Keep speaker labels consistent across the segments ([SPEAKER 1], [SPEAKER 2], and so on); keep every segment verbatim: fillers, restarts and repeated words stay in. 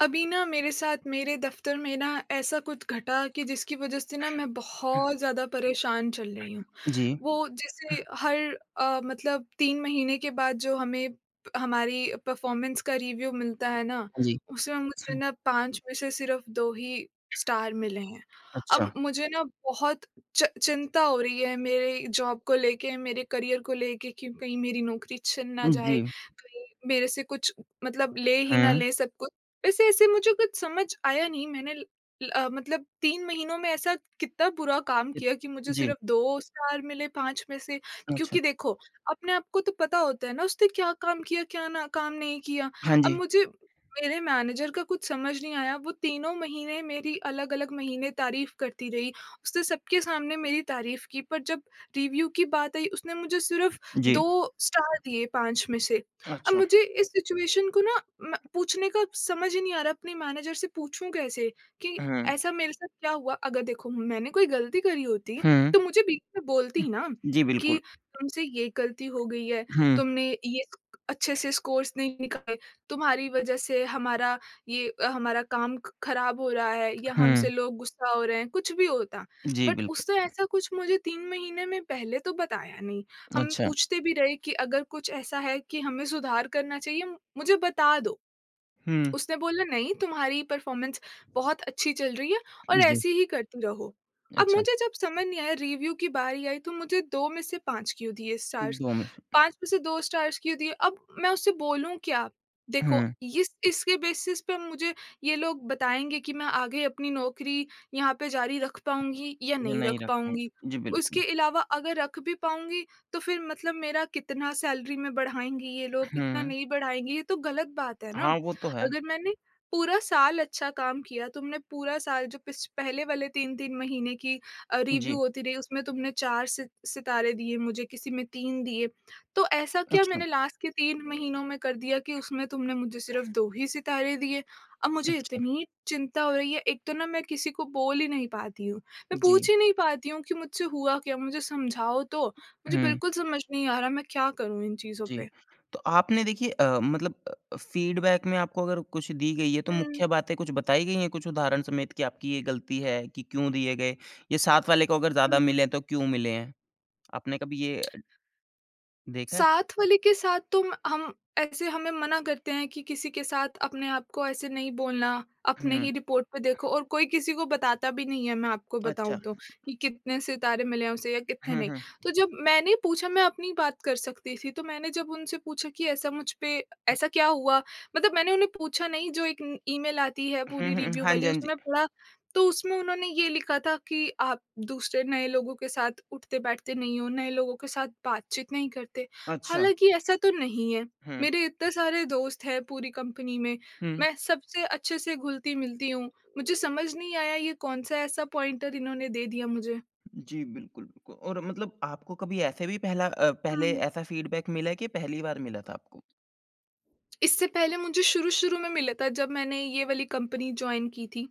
[SPEAKER 1] अभी ना मेरे साथ मेरे दफ्तर में ना ऐसा कुछ घटा कि जिसकी वजह से ना मैं बहुत ज़्यादा परेशान चल रही हूँ।
[SPEAKER 2] जी,
[SPEAKER 1] वो जैसे हर अ, मतलब तीन महीने के बाद जो हमें हमारी परफ़ॉर्मेंस का रिव्यू मिलता है ना,
[SPEAKER 2] जी।
[SPEAKER 1] उसमें मुझे
[SPEAKER 2] हुँ,
[SPEAKER 1] ना पाँच में से सिर्फ़ दो ही स्टार मिले हैं।
[SPEAKER 2] अच्छा।
[SPEAKER 1] अब मुझे ना बहुत चि चिंता हो रही है मेरे जॉब को लेके, मेरे करियर को लेके कि कहीं मेरी नौकरी छिन ना
[SPEAKER 2] जी,
[SPEAKER 1] जाए, कहीं मेरे से कुछ मतलब ले ही ना
[SPEAKER 2] हुँ।
[SPEAKER 1] ले सब कुछ। वैसे ऐसे मुझे कुछ समझ आया नहीं मैंने ल ल- अ, मतलब तीन महीनों में ऐसा कितना बुरा काम
[SPEAKER 2] इत
[SPEAKER 1] किया कि मुझे
[SPEAKER 2] जी,
[SPEAKER 1] सिर्फ़ दो स्टार मिले पाँच में से।
[SPEAKER 2] अच्छा।
[SPEAKER 1] क्योंकि देखो, अपने आप को तो पता होता है ना उसने क्या काम किया, क्या ना काम नहीं किया।
[SPEAKER 2] हाँ
[SPEAKER 1] अब
[SPEAKER 2] जी,
[SPEAKER 1] मुझे मेरे मैनेजर का कुछ समझ नहीं आया, वो तीनों महीने मेरी अलग-अलग महीने तारीफ़ करती रही। उसने सबके सामने मेरी तारीफ़ की, पर जब रिव्यू की बात आई उसने मुझे सिर्फ़
[SPEAKER 2] जी,
[SPEAKER 1] दो स्टार दिए पाँच में से। अब
[SPEAKER 2] अच्छा।
[SPEAKER 1] मुझे इस सिचुएशन को ना म पूछने का समझ ही नहीं आ रहा, अपने मैनेजर से पूछूँ कैसे कि
[SPEAKER 2] हुँ,
[SPEAKER 1] ऐसा मेरे साथ क्या हुआ? अगर देखो मैंने कोई गलती करी होती
[SPEAKER 2] हुँ।
[SPEAKER 1] तो मुझे बीच में बोलती ना
[SPEAKER 2] जी,
[SPEAKER 1] कि
[SPEAKER 2] बिल्कुल।
[SPEAKER 1] तुमसे ये गलती हो गई है,
[SPEAKER 2] हुँ,
[SPEAKER 1] तुमने ये स्क- अच्छे से स्कोर्स नहीं निकाले, तुम्हारी वज़ह से हमारा ये अ, हमारा काम ख खराब हो रहा है या हमसे
[SPEAKER 2] हुँ।
[SPEAKER 1] लोग गुस्सा हो रहे हैं, कुछ भी होता।
[SPEAKER 2] जी,
[SPEAKER 1] बट
[SPEAKER 2] बिल्कुल।
[SPEAKER 1] उसने ऐसा कुछ मुझे तीन महीने में पहले तो बताया नहीं। हम
[SPEAKER 2] अच्छा।
[SPEAKER 1] पूछते भी रहे कि अगर कुछ ऐसा है कि हमें सुधार करना चाहिए मु- मुझे बता दो।
[SPEAKER 2] हुँ,
[SPEAKER 1] उसने बोला नहीं, तुम्हारी परफ़ॉर्मेंस बहुत अच्छी चल रही है और
[SPEAKER 2] जी,
[SPEAKER 1] ऐसे ही करती रहो। अब
[SPEAKER 2] अच्छा।
[SPEAKER 1] मुझे जब समझ नहीं आया, रिव्यू की बारी आई तो मुझे दो में से पाँच क्यों दिए स्टार्स।
[SPEAKER 2] दो में से
[SPEAKER 1] पाँच में से दो स्टार्स क्यों दिए? अब मैं उससे बोलूँ क्या? देखो,
[SPEAKER 2] हुँ,
[SPEAKER 1] इस इसके बेसिस पे मुझे ये लोग बताएँगे कि मैं आगे अपनी नौकरी यहाँ पे जारी रख पाऊँगी या
[SPEAKER 2] ये
[SPEAKER 1] नहीं
[SPEAKER 2] नहीं
[SPEAKER 1] रख
[SPEAKER 2] रख पाए।
[SPEAKER 1] पाऊँगी।
[SPEAKER 2] जी,
[SPEAKER 1] उसके
[SPEAKER 2] बिल्कुल।
[SPEAKER 1] अलावा अगर रख भी पाऊँगी, तो फिर मतलब मेरा कितना सैलरी में बढ़ाएँगी ये लोग, कितना
[SPEAKER 2] हुँ,
[SPEAKER 1] नहीं बढ़ाएँगे, ये तो गलत बात है ना।
[SPEAKER 2] हाँ, वो तो है।
[SPEAKER 1] अगर मैंने पूरा साल अच्छा काम किया, तुमने पूरा साल जो पिछ पहले वाले तीन-तीन महीने की अ, रिव्यू
[SPEAKER 2] जी,
[SPEAKER 1] होती रही, उसमें तुमने चार सित सितारे दिए मुझे, किसी में तीन दिए। तो ऐसा क्या
[SPEAKER 2] अच्छा।
[SPEAKER 1] मैंने लास्ट के तीन महीनों में कर दिया कि उसमें तुमने मुझे सिर्फ़ दो ही सितारे दिए? अब मुझे
[SPEAKER 2] अच्छा,
[SPEAKER 1] इतनी चिंता हो रही है, एक तो ना मैं किसी को बोल ही नहीं पाती हूँ। मैं
[SPEAKER 2] जी,
[SPEAKER 1] पूछ ही नहीं पाती हूँ कि मुझसे हुआ क्या? मुझे समझाओ तो। मुझे
[SPEAKER 2] हुँ।
[SPEAKER 1] बिल्कुल समझ नहीं आ रहा मैं क्या करूँ इन चीज़ों
[SPEAKER 2] जी।
[SPEAKER 1] पे?
[SPEAKER 2] तो आपने देखिए अ, मतलब अ, फीडबैक में आपको अगर कुछ दी गई है, तो
[SPEAKER 1] हुँ,
[SPEAKER 2] मुख्य बातें कुछ बताई गई हैं कुछ उदाहरण समेत कि आपकी ये गलती है, कि क्यों दिए गए? या साथ वाले को अगर ज़्यादा
[SPEAKER 1] हुँ।
[SPEAKER 2] मिले तो क्यों मिले हैं? आपने कभी ये देखा है?
[SPEAKER 1] साथ वाले के साथ तो म हम ऐसे हमें मना करते हैं कि किसी के साथ अपने आप को ऐसे नहीं बोलना, अपने
[SPEAKER 2] हुँ,
[SPEAKER 1] ही रिपोर्ट पे देखो और कोई किसी को बताता भी नहीं है, मैं आपको
[SPEAKER 2] अच्छा।
[SPEAKER 1] बताऊँ तो, कि कितने सितारे मिले हैं उसे या कितने
[SPEAKER 2] हुँ,
[SPEAKER 1] नहीं।
[SPEAKER 2] हुँ।
[SPEAKER 1] तो जब मैंने पूछा, मैं अपनी बात कर सकती थी, तो मैंने जब उनसे पूछा कि ऐसा मुझ पे ऐसा क्या हुआ? मतलब मैंने उन्हें पूछा नहीं, जो एक न ईमेल आती है
[SPEAKER 2] हुँ,
[SPEAKER 1] पूरी
[SPEAKER 2] हुँ।
[SPEAKER 1] रिव्यू
[SPEAKER 2] हाँ जी,
[SPEAKER 1] वाली
[SPEAKER 2] हाँ जी।
[SPEAKER 1] उसमें पढ़ा, तो उसमें उन्होंने ये लिखा था कि आप दूसरे नए लोगों के साथ उठते-बैठते नहीं हो, नए लोगों के साथ बातचीत नहीं करते।
[SPEAKER 2] अच्छा।
[SPEAKER 1] हालाँकि ऐसा तो नहीं है।
[SPEAKER 2] हुँ,
[SPEAKER 1] मेरे इतने सारे दोस्त हैं पूरी कंपनी में,
[SPEAKER 2] हुँ।
[SPEAKER 1] मैं सबसे अच्छे से घुलती-मिलती हूँ। मुझे समझ नहीं आया ये कौन-सा ऐसा पॉइंटर इन्होंने दे दिया मुझे।
[SPEAKER 2] जी, बिल्कुल, बिल्कुल। और मतलब आपको कभी ऐसे भी पहला अ, पहले ऐसा फीडबैक मिला है कि पहली बार मिला था आपको?
[SPEAKER 1] इससे पहले मुझे शुरू-शुरू में मिला था जब मैंने ये वाली कंपनी जॉइन की थी।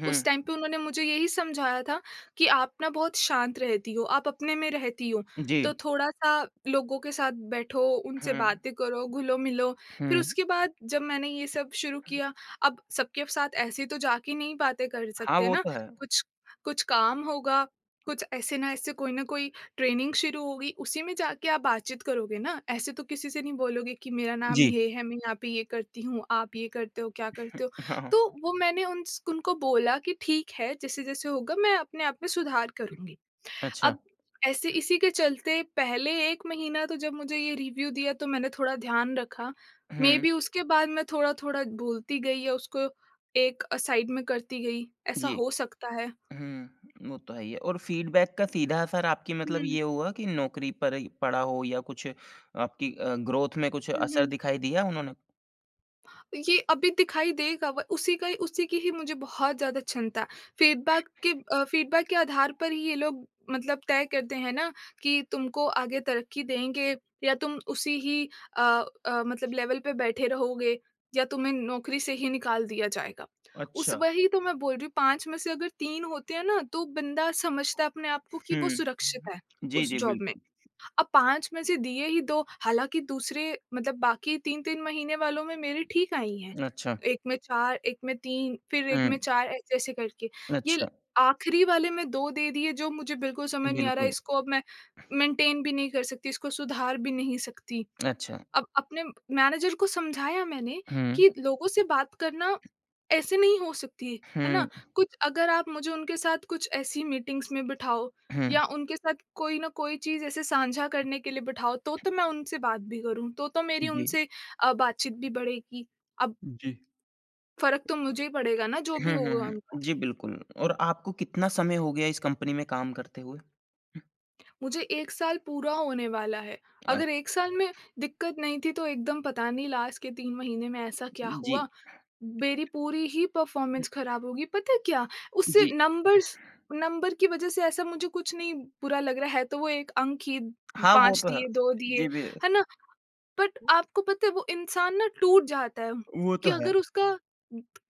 [SPEAKER 2] हुँ,
[SPEAKER 1] उस टाइम पे उन्होंने मुझे यही समझाया था कि आप ना बहुत शांत रहती हो, आप अपने में रहती हो,
[SPEAKER 2] जी।
[SPEAKER 1] तो थोड़ा-सा लोगों के साथ बैठो, उनसे
[SPEAKER 2] हुँ,
[SPEAKER 1] बातें करो, घुलो-मिलो।
[SPEAKER 2] हुँ।
[SPEAKER 1] फिर उसके बाद जब मैंने ये सब शुरू किया, अब सबके साथ ऐसे तो जाके नहीं बातें कर
[SPEAKER 2] हाँ,
[SPEAKER 1] सकते
[SPEAKER 2] वो
[SPEAKER 1] ना,
[SPEAKER 2] तो है।
[SPEAKER 1] कुछ कुछ काम होगा, कुछ ऐसे ना ऐसे कोई ना कोई ट्रेनिंग शुरू होगी, उसी में जाके आप बातचीत करोगे, ना ऐसे तो किसी से नहीं बोलोगे कि मेरा नाम
[SPEAKER 2] जी।
[SPEAKER 1] ये है, मैं यहाँ पे ये करती हूँ, आप ये करते हो क्या करते हो।
[SPEAKER 2] हाँ, हाँ।
[SPEAKER 1] तो वो मैंने उन उनको बोला कि ठीक है, जैसे जैसे होगा मैं अपने आप में सुधार करूंगी।
[SPEAKER 2] अच्छा।
[SPEAKER 1] अब ऐसे इसी के चलते पहले एक महीना तो जब मुझे ये रिव्यू दिया तो मैंने थोड़ा ध्यान रखा, मे
[SPEAKER 2] हुँ,
[SPEAKER 1] बी उसके बाद मैं थोड़ा थोड़ा भूलती गई या उसको एक साइड में करती गई, ऐसा
[SPEAKER 2] जी।
[SPEAKER 1] हो सकता है।
[SPEAKER 2] हुँ, वो तो है ही है और फ़ीडबैक का सीधा असर आपकी मतलब
[SPEAKER 1] हम्म।
[SPEAKER 2] ये हुआ कि नौकरी पर ही पड़ा हो या कुछ आपकी अ, ग्रोथ में कुछ असर
[SPEAKER 1] हम्म,
[SPEAKER 2] दिखाई दिया उन्होंने?
[SPEAKER 1] ये अभी दिखाई देगा। व उसी का ही उसी की ही मुझे बहुत ज़्यादा क्षमता। फीडबैक के अ, फीडबैक के आधार पर ही ये लोग मतलब तय करते हैं ना कि तुमको आगे तरक्की देंगे या तुम उसी ही अ अ, मतलब लेवल पे बैठे रहोगे या तुम्हें नौकरी से ही निकाल दिया जाएगा। उस
[SPEAKER 2] अच्छा।
[SPEAKER 1] वही तो मैं बोल रही हूँ, पाँच में से अगर तीन होते हैं ना तो बंदा समझता है अपने आप को कि वो
[SPEAKER 2] हुँ।
[SPEAKER 1] सुरक्षित है
[SPEAKER 2] जी,
[SPEAKER 1] उस
[SPEAKER 2] जी,
[SPEAKER 1] जॉब में।
[SPEAKER 2] बिल्कुल।
[SPEAKER 1] अब पाँच में से दिए ही दो, हालाँकि दूसरे मतलब बाकी तीन-तीन महीने वालों में मेरे ठीक आई हैं।
[SPEAKER 2] अच्छा।
[SPEAKER 1] एक में चार, एक में तीन, फिर एक
[SPEAKER 2] हुँ,
[SPEAKER 1] में चार, ऐसे ऐसे करके।
[SPEAKER 2] अच्छा,
[SPEAKER 1] ये आखिरी वाले में दो दे दिए, जो मुझे बिल्कुल समझ नहीं आ रहा है,
[SPEAKER 2] बिल्कुल।
[SPEAKER 1] इसको अब मैं मेंटेन भी नहीं कर सकती, इसको सुधार भी नहीं सकती।
[SPEAKER 2] अच्छा।
[SPEAKER 1] अब अपने मैनेजर को समझाया मैंने
[SPEAKER 2] हुँ,
[SPEAKER 1] कि लोगों से बात करना ऐसे नहीं हो सकती, है
[SPEAKER 2] हुँ,
[SPEAKER 1] ना? कुछ अगर आप मुझे उनके साथ कुछ ऐसी मीटिंग्स में बिठाओ
[SPEAKER 2] हुँ।
[SPEAKER 1] या उनके साथ कोई न कोई चीज़ ऐसे साझा करने के लिए बिठाओ, तो तो मैं उनसे बात भी करूँ, तो तो मेरी
[SPEAKER 2] जी।
[SPEAKER 1] उनसे अ, बातचीत भी बढ़ेगी। अब
[SPEAKER 2] जी।
[SPEAKER 1] फ़र्क तो मुझे ही पड़ेगा ना, जो
[SPEAKER 2] हुँ,
[SPEAKER 1] भी
[SPEAKER 2] हुँ,
[SPEAKER 1] होगा उनका।
[SPEAKER 2] हुँ। जी, बिल्कुल और आपको कितना समय हो गया इस कंपनी में काम करते हुए?
[SPEAKER 1] मुझे एक साल पूरा होने वाला है,
[SPEAKER 2] ओह!
[SPEAKER 1] अगर एक साल में दिक्कत नहीं थी तो एकदम पता नहीं लास्ट के तीन महीने में ऐसा क्या
[SPEAKER 2] जी,
[SPEAKER 1] हुआ मेरी पूरी ही परफ़ॉर्मेंस ख़राब होगी। पता है क्या? उससे
[SPEAKER 2] जी।
[SPEAKER 1] नंबर्स, नंबर की वज़ह से ऐसा मुझे कुछ नहीं बुरा लग रहा है, तो वो एक अंक ही
[SPEAKER 2] हाँ, वो
[SPEAKER 1] पाँच
[SPEAKER 2] तो है।
[SPEAKER 1] दिए, दो दिए,
[SPEAKER 2] जी, बि
[SPEAKER 1] है ना? बट आपको पता है वो इंसान ना टूट जाता है
[SPEAKER 2] वो तो
[SPEAKER 1] कि
[SPEAKER 2] है।
[SPEAKER 1] अगर उसका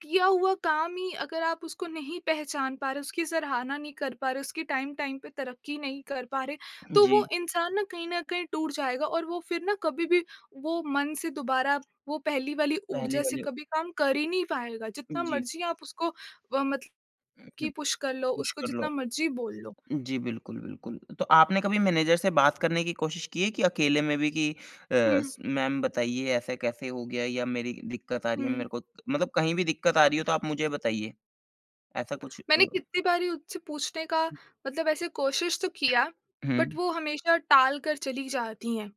[SPEAKER 1] किया हुआ काम ही अगर आप उसको नहीं पहचान पा रहे, उसकी सराहना नहीं कर पा रहे, उसकी टाइम टाइम पे तरक्की नहीं कर पा रहे, तो
[SPEAKER 2] जी।
[SPEAKER 1] वो इंसान ना कहीं न कहीं टूट जाएगा और वो फिर ना कभी भी वो मन से दोबारा वो पहली वाली
[SPEAKER 2] पहली
[SPEAKER 1] ऊर्जा से
[SPEAKER 2] वाली
[SPEAKER 1] कभी काम कर ही नहीं पाएगा। जितना
[SPEAKER 2] जी।
[SPEAKER 1] मर्ज़ी आप उसको अ, मतलब
[SPEAKER 2] हुँ,
[SPEAKER 1] कि
[SPEAKER 2] हुँ,
[SPEAKER 1] पुश कर लो,
[SPEAKER 2] पुश
[SPEAKER 1] उसको
[SPEAKER 2] कर लो।
[SPEAKER 1] जितना मर्ज़ी बोल लो।
[SPEAKER 2] जी, बिल्कुल, बिल्कुल। तो आपने कभी मैनेजर से बात करने की कोशिश की है कि अकेले में भी कि अ,
[SPEAKER 1] हुँ,
[SPEAKER 2] स मैम बताइए ऐसा कैसे हो गया या मेरी दिक्कत आ रही है
[SPEAKER 1] हुँ।
[SPEAKER 2] मेरे को मतलब कहीं भी दिक्कत आ रही हो तो आप मुझे बताइए, ऐसा कुछ
[SPEAKER 1] मैंने
[SPEAKER 2] अ
[SPEAKER 1] कितनी बारी उससे पूछने का मतलब ऐसे कोशिश तो किया,
[SPEAKER 2] हुँ,
[SPEAKER 1] बट वो हमेशा टाल कर चली जाती हैं।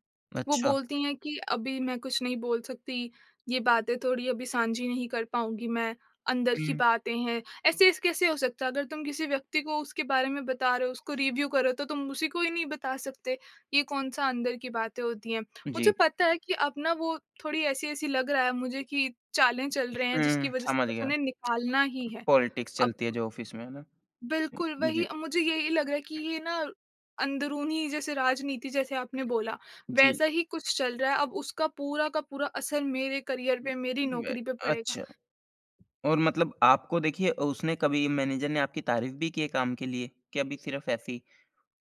[SPEAKER 1] वो
[SPEAKER 2] अच्छा।
[SPEAKER 1] बोलती हैं कि अभी मैं कुछ नहीं बोल सकती, ये बातें थोड़ी अभी साँझी नहीं कर पाऊँगी मैं, अंदर की
[SPEAKER 2] हुँ,
[SPEAKER 1] बातें हैं। ऐसे ऐसे कैसे हो सकता है? अगर तुम किसी व्यक्ति को उसके बारे में बता रहे हो, उसको रिव्यू कर रहे हो, तो तुम उसी को ही नहीं बता सकते, ये कौन-सा अंदर की बातें होती हैं। मुझे
[SPEAKER 2] जी।
[SPEAKER 1] पता है कि अब ना वो थोड़ी ऐसी-ऐसी लग रहा है मुझे कि चालें चल रहे हैं, जिसकी
[SPEAKER 2] हुँ,
[SPEAKER 1] वज़ह से
[SPEAKER 2] समझ
[SPEAKER 1] बस
[SPEAKER 2] गया।
[SPEAKER 1] उन्हें निकालना ही है।
[SPEAKER 2] पॉलिटिक्स
[SPEAKER 1] अब
[SPEAKER 2] चलती है जो ऑफ़िस में, है ना?
[SPEAKER 1] बिल्कुल,
[SPEAKER 2] हुँ, जी,
[SPEAKER 1] वही मुझे यही लग रहा है कि ये ना अंदरूनी जैसे राजनीति जैसे आपने बोला,
[SPEAKER 2] जी।
[SPEAKER 1] वैसा ही कुछ चल रहा है। अब उसका पूरा का पूरा असर मेरे करियर पे, मेरी
[SPEAKER 2] हुँ, वे
[SPEAKER 1] नौकरी पे पड़ेगा।
[SPEAKER 2] अच्छा और मतलब आपको देखिए उसने कभी मैनेजर ने आपकी तारीफ़ भी की है काम के लिए? कि अभी सिर्फ़ ऐसे ही?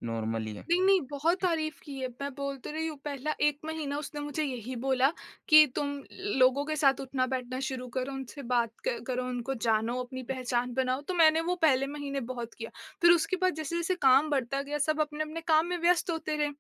[SPEAKER 2] नॉर्मल ही है।
[SPEAKER 1] नहीं, नहीं, बहुत तारीफ़ की है। मैं बोलते रही हूँ, पहला एक महीना उसने मुझे यही बोला कि तुम लोगों के साथ उठना-बैठना शुरू करो, उनसे बात क करो, उनको जानो, अपनी पहचान बनाओ। तो मैंने वो पहले महीने बहुत किया। फिर उसके बाद जैसे-जैसे काम बढ़ता गया, सब अपने-अपने काम में व्यस्त होते रहे।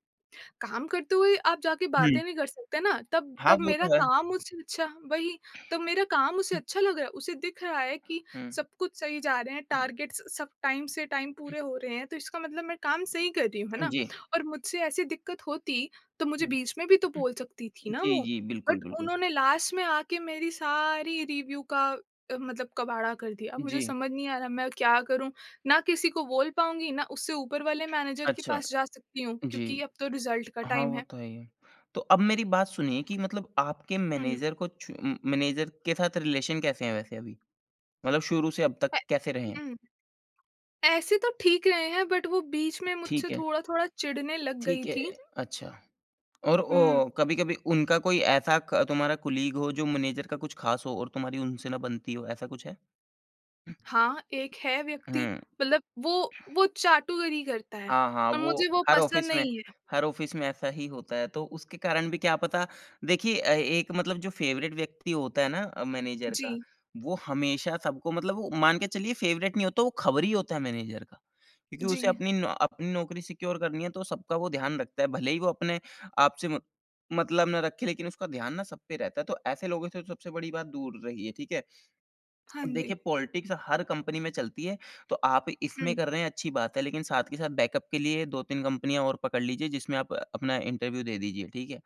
[SPEAKER 1] काम करते हुए आप जाके
[SPEAKER 2] हुँ।
[SPEAKER 1] बातें नहीं कर सकते ना, तब
[SPEAKER 2] हाँ,
[SPEAKER 1] तब
[SPEAKER 2] वो
[SPEAKER 1] मेरा
[SPEAKER 2] तो है।
[SPEAKER 1] काम उससे अच्छा वही, तब मेरा काम उसे
[SPEAKER 2] हुँ,
[SPEAKER 1] अच्छा लग रहा है, उसे दिख रहा है कि
[SPEAKER 2] हुँ।
[SPEAKER 1] सब कुछ सही जा रहे हैं, टारगेट्स सब टाइम से टाइम पूरे हो रहे हैं, तो इसका मतलब मैं काम सही कर रही हूँ, है ना?
[SPEAKER 2] जी।
[SPEAKER 1] और मुझसे ऐसी दिक्कत होती, तो मुझे बीच में भी तो
[SPEAKER 2] हुँ,
[SPEAKER 1] बोल सकती थी ना
[SPEAKER 2] जी,
[SPEAKER 1] वो,
[SPEAKER 2] जी, बिल्कुल,
[SPEAKER 1] बट
[SPEAKER 2] बिल्कुल।
[SPEAKER 1] उन्होंने लास्ट में आके मेरी सारी रिव्यू का अ, मतलब कबाड़ा कर दिया। अब
[SPEAKER 2] जी,
[SPEAKER 1] मुझे समझ नहीं आ रहा मैं क्या करूँ? ना किसी को बोल पाऊँगी, ना उससे ऊपर वाले मैनेजर के
[SPEAKER 2] अच्छा,
[SPEAKER 1] पास जा सकती हूँ,
[SPEAKER 2] जी।
[SPEAKER 1] क्योंकि अब तो रिज़ल्ट का
[SPEAKER 2] हाँ,
[SPEAKER 1] टाइम
[SPEAKER 2] वो
[SPEAKER 1] है।
[SPEAKER 2] तो है ही है। तो अब मेरी बात सुनिए कि मतलब आपके
[SPEAKER 1] हुँ।
[SPEAKER 2] मैनेजर को छु उम, मैनेजर के साथ रिलेशन कैसे हैं वैसे अभी? मतलब शुरू से अब तक
[SPEAKER 1] अ,
[SPEAKER 2] कैसे रहे हैं?
[SPEAKER 1] हुँ, ऐसे तो ठीक रहे हैं बट वो बीच में
[SPEAKER 2] ठीक
[SPEAKER 1] मुझसे
[SPEAKER 2] है,
[SPEAKER 1] थोड़ा-थोड़ा चिढ़ने लग
[SPEAKER 2] ठीक
[SPEAKER 1] गई
[SPEAKER 2] है,
[SPEAKER 1] थी।
[SPEAKER 2] अच्छा। और ओ
[SPEAKER 1] हुँ,
[SPEAKER 2] कभी-कभी उनका कोई ऐसा क तुम्हारा कोलीग हो जो मैनेजर का कुछ ख़ास हो और तुम्हारी उनसे ना बनती हो, ऐसा कुछ है?
[SPEAKER 1] हाँ, एक है व्यक्ति,
[SPEAKER 2] हुँ।
[SPEAKER 1] मतलब वो वो चाटुकरी करता है
[SPEAKER 2] हाँ, हाँ,
[SPEAKER 1] और
[SPEAKER 2] वो
[SPEAKER 1] मुझे वो
[SPEAKER 2] हर
[SPEAKER 1] पसंद
[SPEAKER 2] ऑफ़िस में
[SPEAKER 1] नहीं है।
[SPEAKER 2] हर ऑफ़िस में ऐसा ही होता है, तो उसके कारण भी क्या पता देखिए अ, एक मतलब जो फ़ेवरेट व्यक्ति होता है ना अ, मैनेजर का,
[SPEAKER 1] जी,
[SPEAKER 2] वो हमेशा सबको मतलब वो मान के चलिए फ़ेवरेट नहीं होता, वो खबरी होता है मैनेजर का। क्योंकि
[SPEAKER 1] जी।
[SPEAKER 2] उसे अपनी न अपनी नौकरी सिक्योर करनी है, तो सबका वो ध्यान रखता है, भले ही वो अपने आप से म मतलब ना रखे, लेकिन उसका ध्यान ना सब पे रहता है, तो ऐसे लोगों से तो सबसे बड़ी बात दूर रहिए, ठीक है?
[SPEAKER 1] हाँ
[SPEAKER 2] अब
[SPEAKER 1] जी।
[SPEAKER 2] देखिए, पॉलिटिक्स हर कंपनी में चलती है, तो आप
[SPEAKER 1] हुँ,
[SPEAKER 2] इसमें कर रहे हैं अच्छी बात है, लेकिन साथ के साथ बैकअप के लिए दो तीन कंपनियाँ और पकड़ लीजिए जिसमें आप अपना इंटरव्यू दे दीजिए, ठीक है?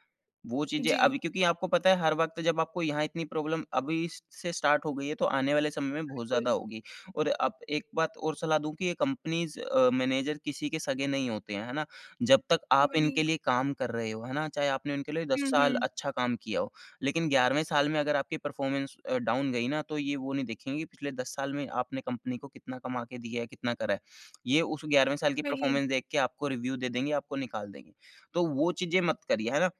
[SPEAKER 2] वो चीज़ें
[SPEAKER 1] जी,
[SPEAKER 2] अभी क्योंकि आपको पता है हर वक़्त जब आपको यहाँ इतनी प्रॉब्लम अभी स से स्टार्ट हो गई है, तो आने वाले समय में बहुत ज़्यादा
[SPEAKER 1] बिल्कुल।
[SPEAKER 2] होगी और अब एक बात और सलाह दूँ कि ये कंपनीज़ अ, मैनेजर किसी के सगे नहीं होते हैं, है ना? जब तक आप
[SPEAKER 1] वही।
[SPEAKER 2] इनके लिए काम कर रहे हो, है ना? चाहे आपने उनके लिए दस
[SPEAKER 1] हुँ,
[SPEAKER 2] साल
[SPEAKER 1] हुँ,
[SPEAKER 2] अच्छा काम किया हो। लेकिन ग्यारहवें साल में अगर आपकी परफ़ॉर्मेंस अ, डाउन गई ना, तो ये वो नहीं देखेंगे कि पिछले दस साल में आपने कंपनी को कितना कमा के दिया है, कितना करा है। ये उस ग्यारहवें साल की
[SPEAKER 1] वही।
[SPEAKER 2] परफ़ॉर्मेंस देख के आपको रिव्यू दे देंगे, आपको निकाल देंगे। तो वो चीज़ें मत करिए, है ना?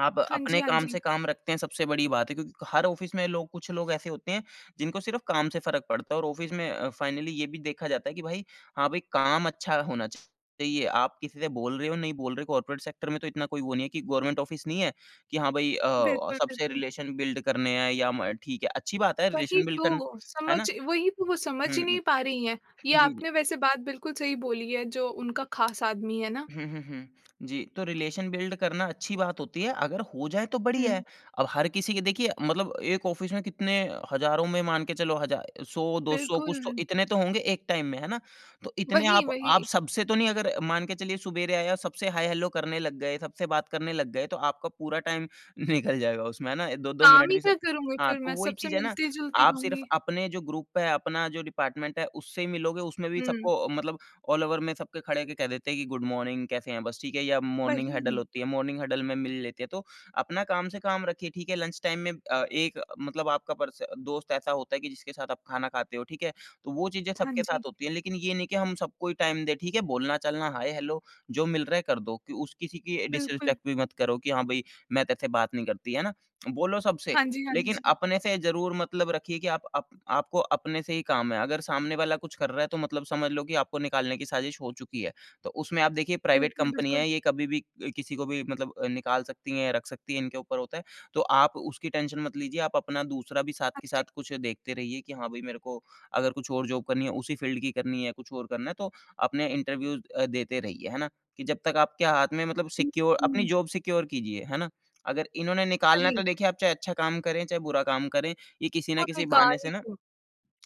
[SPEAKER 2] आप
[SPEAKER 1] हाँ जी,
[SPEAKER 2] अपने
[SPEAKER 1] हाँ
[SPEAKER 2] काम
[SPEAKER 1] जी।
[SPEAKER 2] से काम रखते हैं सबसे बड़ी बात है, क्योंकि हर ऑफ़िस में लोग कुछ लोग ऐसे होते हैं जिनको सिर्फ़ काम से फ़र्क पड़ता है और ऑफ़िस में अ, फ़ाइनली ये भी देखा जाता है कि भाई हाँ, भाई काम अच्छा होना चाहिए। आप किसी से बोल रहे हो, नहीं बोल रहे, कॉर्पोरेट सेक्टर में तो इतना कोई वो नहीं है कि गवर्नमेंट ऑफ़िस नहीं है कि हाँ भाई अ,
[SPEAKER 1] बिल्कुल,
[SPEAKER 2] सबसे
[SPEAKER 1] बिल्कुल।
[SPEAKER 2] रिलेशन बिल्ड करने हैं या म ठीक है, अच्छी बात है
[SPEAKER 1] वही
[SPEAKER 2] रिलेशन बिल्ड करना,
[SPEAKER 1] तो,
[SPEAKER 2] है
[SPEAKER 1] समझ
[SPEAKER 2] ना?
[SPEAKER 1] वही तो वो समझ
[SPEAKER 2] हुँ,
[SPEAKER 1] ही
[SPEAKER 2] हुँ।
[SPEAKER 1] नहीं पा रही हैं। ये
[SPEAKER 2] जी, जी।
[SPEAKER 1] आपने वैसे बात बिल्कुल सही बोली है जो उनका ख़ास आदमी है ना।
[SPEAKER 2] हुँ, हुँ, हुँ। जी, तो रिलेशन बिल्ड करना अच्छी बात होती है, अगर हो जाए तो बढ़िया है।
[SPEAKER 1] हुँ,
[SPEAKER 2] अब हर किसी के देखिए मतलब एक ऑफ़िस में कितने हज़ारों में मान के चलो हज़ा सौ दो सौ कुछ तो
[SPEAKER 1] बिल्कुल।
[SPEAKER 2] इतने तो होंगे एक टाइम में, है ना? तो इतने
[SPEAKER 1] वही,
[SPEAKER 2] आप आप
[SPEAKER 1] वही।
[SPEAKER 2] सबसे तो नहीं अगर मान के चलिए सुबेरे आए और सबसे हाय हेलो करने लग गए, सबसे बात करने लग गए, तो आपका पूरा टाइम निकल जाएगा उसमें, है ना? दो दो
[SPEAKER 1] काम
[SPEAKER 2] मिनट
[SPEAKER 1] ही
[SPEAKER 2] भी
[SPEAKER 1] क्या
[SPEAKER 2] सब
[SPEAKER 1] करूँगी
[SPEAKER 2] हाँ,
[SPEAKER 1] फिर
[SPEAKER 2] तो
[SPEAKER 1] मैं
[SPEAKER 2] वही
[SPEAKER 1] सबसे
[SPEAKER 2] चीज़ है ना,
[SPEAKER 1] मिलती-जुलती
[SPEAKER 2] आप सिर्फ़
[SPEAKER 1] रहूँगी।
[SPEAKER 2] अपने जो ग्रुप है, अपना जो डिपार्टमेंट है, उससे ही मिलोगे, उसमें भी
[SPEAKER 1] हुँ,
[SPEAKER 2] सबको मतलब ऑल ओवर में सबके खड़े होके कह देते हैं कि गुड मॉर्निंग कैसे हैं? बस ठीक है या मॉर्निंग हडल
[SPEAKER 1] वही।
[SPEAKER 2] होती है, मॉर्निंग हडल में मिल लेते हैं। तो अपना काम से काम रखिए, ठीक है? लंच टाइम में अ, एक मतलब आपका पर्स दोस्त ऐसा होता है कि जिसके साथ आप खाना खाते हो, ठीक है? तो वो चीज़ें
[SPEAKER 1] हाँ
[SPEAKER 2] सबके साथ
[SPEAKER 1] जी,
[SPEAKER 2] होती हैं, लेकिन ये नहीं कि हम सबको ही टाइम दें, ठीक है? बोलना-चालना, हाय हेलो जो मिल रहा है कर दो, कि उस किसी की
[SPEAKER 1] बिल्कुल।
[SPEAKER 2] डिसरिस्पेक्ट भी मत करो कि हाँ, भई मैं तेरे से बात नहीं करती, है ना? बोलो सबसे।
[SPEAKER 1] हाँ जी, हाँ
[SPEAKER 2] लेकिन
[SPEAKER 1] जी।
[SPEAKER 2] अपने से ज़रूर मतलब रखिए कि आप आप आपको अपने से ही काम है। अगर सामने वाला कुछ कर रहा है तो मतलब समझ लो कि आपको निकालने की साज़िश हो चुकी है। तो उसमें आप देखिए प्राइवेट
[SPEAKER 1] बिल्कुल,
[SPEAKER 2] कंपनी
[SPEAKER 1] बिल्कुल।
[SPEAKER 2] है ये कभी भी अ, किसी को भी मतलब अ, निकाल सकती हैं, रख सकती हैं, इनके ऊपर होता है। तो आप उसकी टेंशन मत लीजिए, आप अपना दूसरा भी साथ
[SPEAKER 1] हाँ
[SPEAKER 2] के साथ
[SPEAKER 1] जी।
[SPEAKER 2] कुछ देखते रहिए कि हाँ, भई मेरे को अगर कुछ और जॉब करनी है, उसी फ़ील्ड की करनी है, कुछ और करना है तो अपने इंटरव्यूज़ अ, देते रहिए, है ना? कि जब तक आपके हाथ में मतलब
[SPEAKER 1] हुँ,
[SPEAKER 2] सिक्योर अपनी
[SPEAKER 1] हुँ।
[SPEAKER 2] जॉब सिक्योर कीजिए, है ना? अगर इन्होंने निकालना है
[SPEAKER 1] वही,
[SPEAKER 2] तो देखिए आप चाहे अच्छा काम करें, चाहे बुरा काम करें, ये किसी ना
[SPEAKER 1] वो
[SPEAKER 2] किसी
[SPEAKER 1] बेकार
[SPEAKER 2] बहाने से
[SPEAKER 1] ही
[SPEAKER 2] ना
[SPEAKER 1] हो।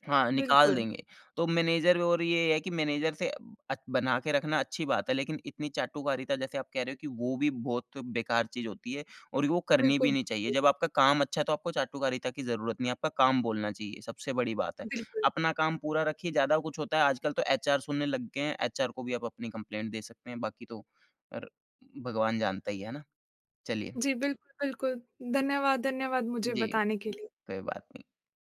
[SPEAKER 2] हाँ, निकाल
[SPEAKER 1] बिल्कुल,
[SPEAKER 2] देंगे। तो मैनेजर भी, और ये है कि मैनेजर से अ, बना के रखना अच्छी बात है, लेकिन इतनी चाटुकारिता जैसे आप कह रहे हो कि वो भी बहुत बेकार चीज़ होती है और वो करनी भी
[SPEAKER 1] बिल्कुल,
[SPEAKER 2] नहीं चाहिए। जब आपका काम अच्छा है तो आपको चाटुकारिता की ज़रूरत नहीं है, आपका काम बोलना चाहिए, सबसे बड़ी बात है।
[SPEAKER 1] बिल्कुल।
[SPEAKER 2] अपना काम पूरा रखिए, ज़्यादा कुछ होता है आजकल तो एचआर सुनने लग गए हैं, एचआर को भी आप अपनी कंप्लेंट दे सकते हैं, बाकी तो अर भगवान जानता ही है, है ना? चलिए।
[SPEAKER 1] जी, बिल्कुल, बिल्कुल। धन्यवाद, धन्यवाद मुझे
[SPEAKER 2] जी।
[SPEAKER 1] बताने के लिए।
[SPEAKER 2] कोई बात नहीं।